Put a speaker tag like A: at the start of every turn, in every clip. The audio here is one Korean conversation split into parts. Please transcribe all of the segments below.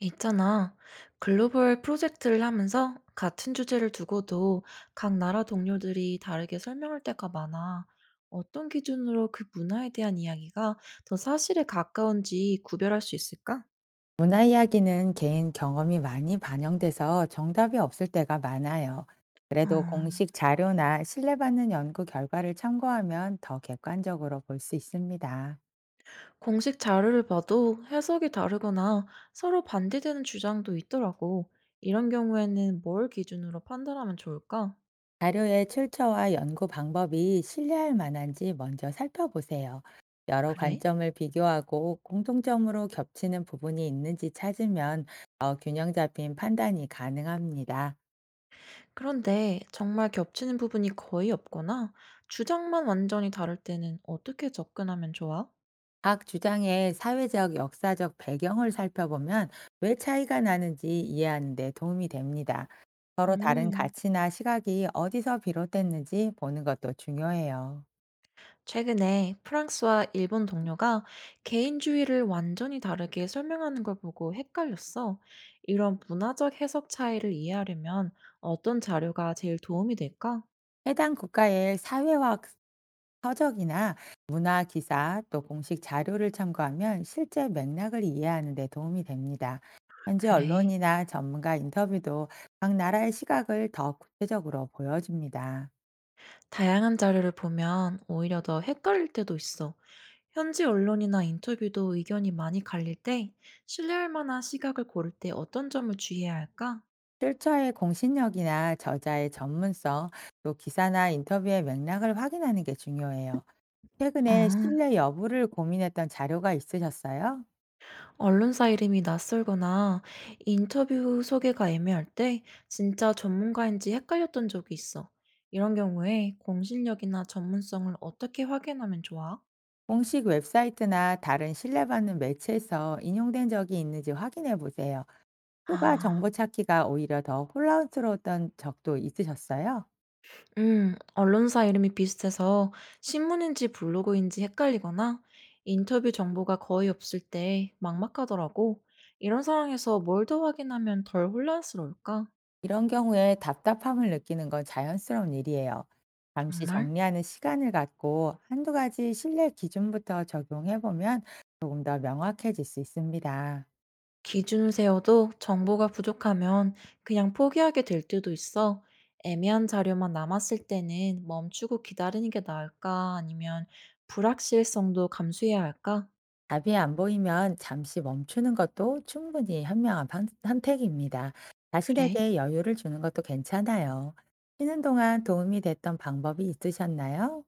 A: 있잖아. 글로벌 프로젝트를 하면서 같은 주제를 두고도 각 나라 동료들이 다르게 설명할 때가 많아. 어떤 기준으로 그 문화에 대한 이야기가 더 사실에 가까운지 구별할 수 있을까?
B: 문화 이야기는 개인 경험이 많이 반영돼서 정답이 없을 때가 많아요.
A: 어,
B: 그래도 공식 자료나 신뢰받는 연구 결과를 참고하면 더 객관적으로 볼 수 있습니다.
A: 공식 자료를 봐도 해석이 다르거나 서로 반대되는 주장도 있더라고. 이런 경우에는 뭘 기준으로 판단하면 좋을까?
B: 자료의 출처와 연구 방법이 신뢰할 만한지 먼저 살펴보세요. 여러
A: 그래?
B: 관점을 비교하고 공통점으로 겹치는 부분이 있는지 찾으면 더 균형 잡힌 판단이 가능합니다.
A: 그런데 정말 겹치는 부분이 거의 없거나 주장만 완전히 다를 때는 어떻게 접근하면 좋아?
B: 각 주장의 사회적, 역사적 배경을 살펴보면 왜 차이가 나는지 이해하는 데 도움이 됩니다. 서로 다른
A: 음,
B: 가치나 시각이 어디서 비롯됐는지 보는 것도 중요해요.
A: 최근에 프랑스와 일본 동료가 개인주의를 완전히 다르게 설명하는 걸 보고 헷갈렸어. 이런 문화적 해석 차이를 이해하려면 어떤 자료가 제일 도움이 될까?
B: 해당 국가의 사회학 서적이나 문화 기사 또 공식 자료를 참고하면 실제 맥락을 이해하는 데 도움이 됩니다. 현지
A: 그래.
B: 언론이나 전문가 인터뷰도 각 나라의 시각을 더 구체적으로 보여줍니다.
A: 다양한 자료를 보면 오히려 더 헷갈릴 때도 있어. 현지 언론이나 인터뷰도 의견이 많이 갈릴 때 신뢰할 만한 시각을 고를 때 어떤 점을 주의해야 할까?
B: 출처의 공신력이나 저자의 전문성, 또 기사나 인터뷰의 맥락을 확인하는 게 중요해요. 최근에
A: 아,
B: 신뢰 여부를 고민했던 자료가 있으셨어요?
A: 언론사 이름이 낯설거나 인터뷰 소개가 애매할 때 진짜 전문가인지 헷갈렸던 적이 있어. 이런 경우에 공신력이나 전문성을 어떻게 확인하면 좋아?
B: 공식 웹사이트나 다른 신뢰받는 매체에서 인용된 적이 있는지 확인해 보세요. 추가
A: 아.
B: 정보 찾기가 오히려 더 혼란스러웠던 적도 있으셨어요?
A: 언론사 이름이 비슷해서 신문인지 블로그인지 헷갈리거나 인터뷰 정보가 거의 없을 때 막막하더라고. 이런 상황에서 뭘 더 확인하면 덜 혼란스러울까?
B: 이런 경우에 답답함을 느끼는 건 자연스러운 일이에요. 잠시
A: 정말?
B: 정리하는 시간을 갖고 한두 가지 신뢰 기준부터 적용해 보면 조금 더 명확해질 수 있습니다.
A: 기준을 세워도 정보가 부족하면 그냥 포기하게 될 때도 있어. 애매한 자료만 남았을 때는 멈추고 기다리는 게 나을까? 아니면 불확실성도 감수해야 할까?
B: 답이 안 보이면 잠시 멈추는 것도 충분히 현명한 선택입니다.
A: 그래?
B: 자신에게 여유를 주는 것도 괜찮아요. 쉬는 동안 도움이 됐던 방법이 있으셨나요?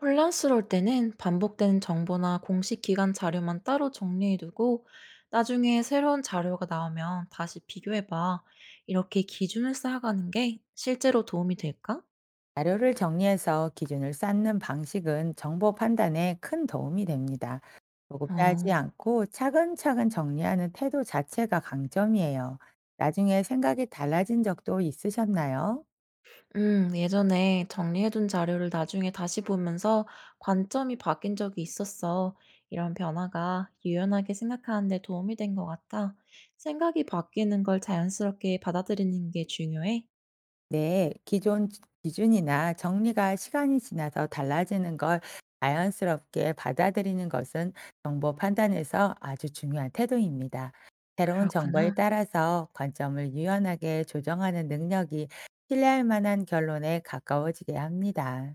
A: 혼란스러울 때는 반복되는 정보나 공식 기관 자료만 따로 정리해두고 나중에 새로운 자료가 나오면 다시 비교해봐. 이렇게 기준을 쌓아가는 게 실제로 도움이 될까?
B: 자료를 정리해서 기준을 쌓는 방식은 정보 판단에 큰 도움이 됩니다.
A: 어,
B: 조급해하지 않고 차근차근 정리하는 태도 자체가 강점이에요. 나중에 생각이 달라진 적도 있으셨나요?
A: 예전에 정리해둔 자료를 나중에 다시 보면서 관점이 바뀐 적이 있었어. 이런 변화가 유연하게 생각하는 데 도움이 된 것 같아. 생각이 바뀌는 걸 자연스럽게 받아들이는 게 중요해.
B: 네, 기존 기준이나 정리가 시간이 지나서 달라지는 걸 자연스럽게 받아들이는 것은 정보 판단에서 아주 중요한 태도입니다. 새로운 정보에
A: 그렇구나.
B: 따라서 관점을 유연하게 조정하는 능력이 신뢰할 만한 결론에 가까워지게 합니다.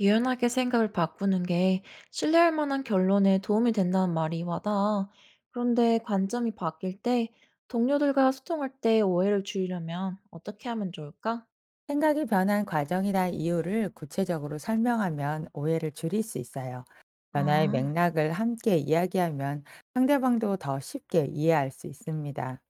A: 유연하게 생각을 바꾸는 게 신뢰할 만한 결론에 도움이 된다는 말이 와닿아. 그런데 관점이 바뀔 때 동료들과 소통할 때 오해를 줄이려면 어떻게 하면 좋을까?
B: 생각이 변한 과정이나 이유를 구체적으로 설명하면 오해를 줄일 수 있어요. 변화의
A: 아,
B: 맥락을 함께 이야기하면 상대방도 더 쉽게 이해할 수 있습니다.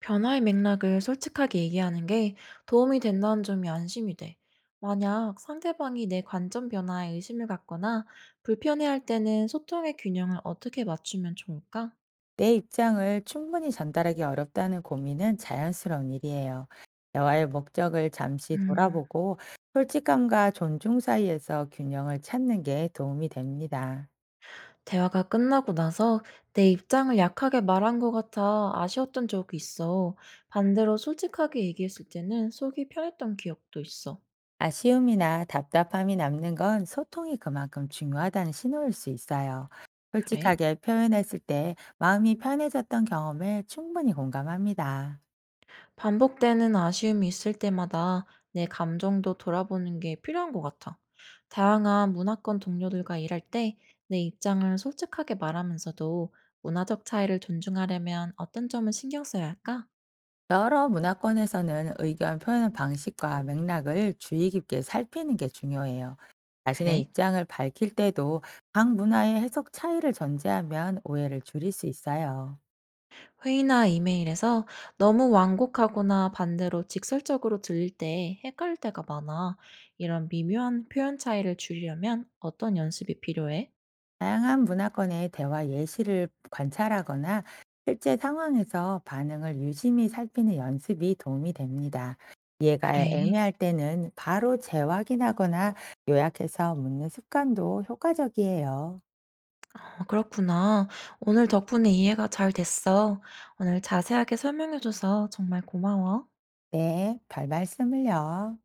A: 변화의 맥락을 솔직하게 얘기하는 게 도움이 된다는 점이 안심이 돼. 만약 상대방이 내 관점 변화에 의심을 갖거나 불편해할 때는 소통의 균형을 어떻게 맞추면 좋을까?
B: 내 입장을 충분히 전달하기 어렵다는 고민은 자연스러운 일이에요. 대화의 목적을 잠시
A: 음.
B: 돌아보고 솔직함과 존중 사이에서 균형을 찾는 게 도움이 됩니다.
A: 대화가 끝나고 나서 내 입장을 약하게 말한 것 같아 아쉬웠던 적이 있어. 반대로 솔직하게 얘기했을 때는 속이 편했던 기억도 있어.
B: 아쉬움이나 답답함이 남는 건 소통이 그만큼 중요하다는 신호일 수 있어요.
A: 그래?
B: 솔직하게 표현했을 때 마음이 편해졌던 경험에 충분히 공감합니다.
A: 반복되는 아쉬움이 있을 때마다 내 감정도 돌아보는 게 필요한 것 같아. 다양한 문화권 동료들과 일할 때 내 입장을 솔직하게 말하면서도 문화적 차이를 존중하려면 어떤 점을 신경 써야 할까?
B: 여러 문화권에서는 의견 표현 방식과 맥락을 주의 깊게 살피는 게 중요해요. 자신의
A: 그래?
B: 입장을 밝힐 때도 각 문화의 해석 차이를 전제하면 오해를 줄일 수 있어요.
A: 회의나 이메일에서 너무 완곡하거나 반대로 직설적으로 들릴 때 헷갈릴 때가 많아. 이런 미묘한 표현 차이를 줄이려면 어떤 연습이 필요해?
B: 다양한 문화권의 대화 예시를 관찰하거나 실제 상황에서 반응을 유심히 살피는 연습이 도움이 됩니다. 이해가
A: 그래.
B: 애매할 때는 바로 재확인하거나 요약해서 묻는 습관도 효과적이에요.
A: 그렇구나. 오늘 덕분에 이해가 잘 됐어. 오늘 자세하게 설명해줘서 정말 고마워.
B: 네, 별 말씀을요.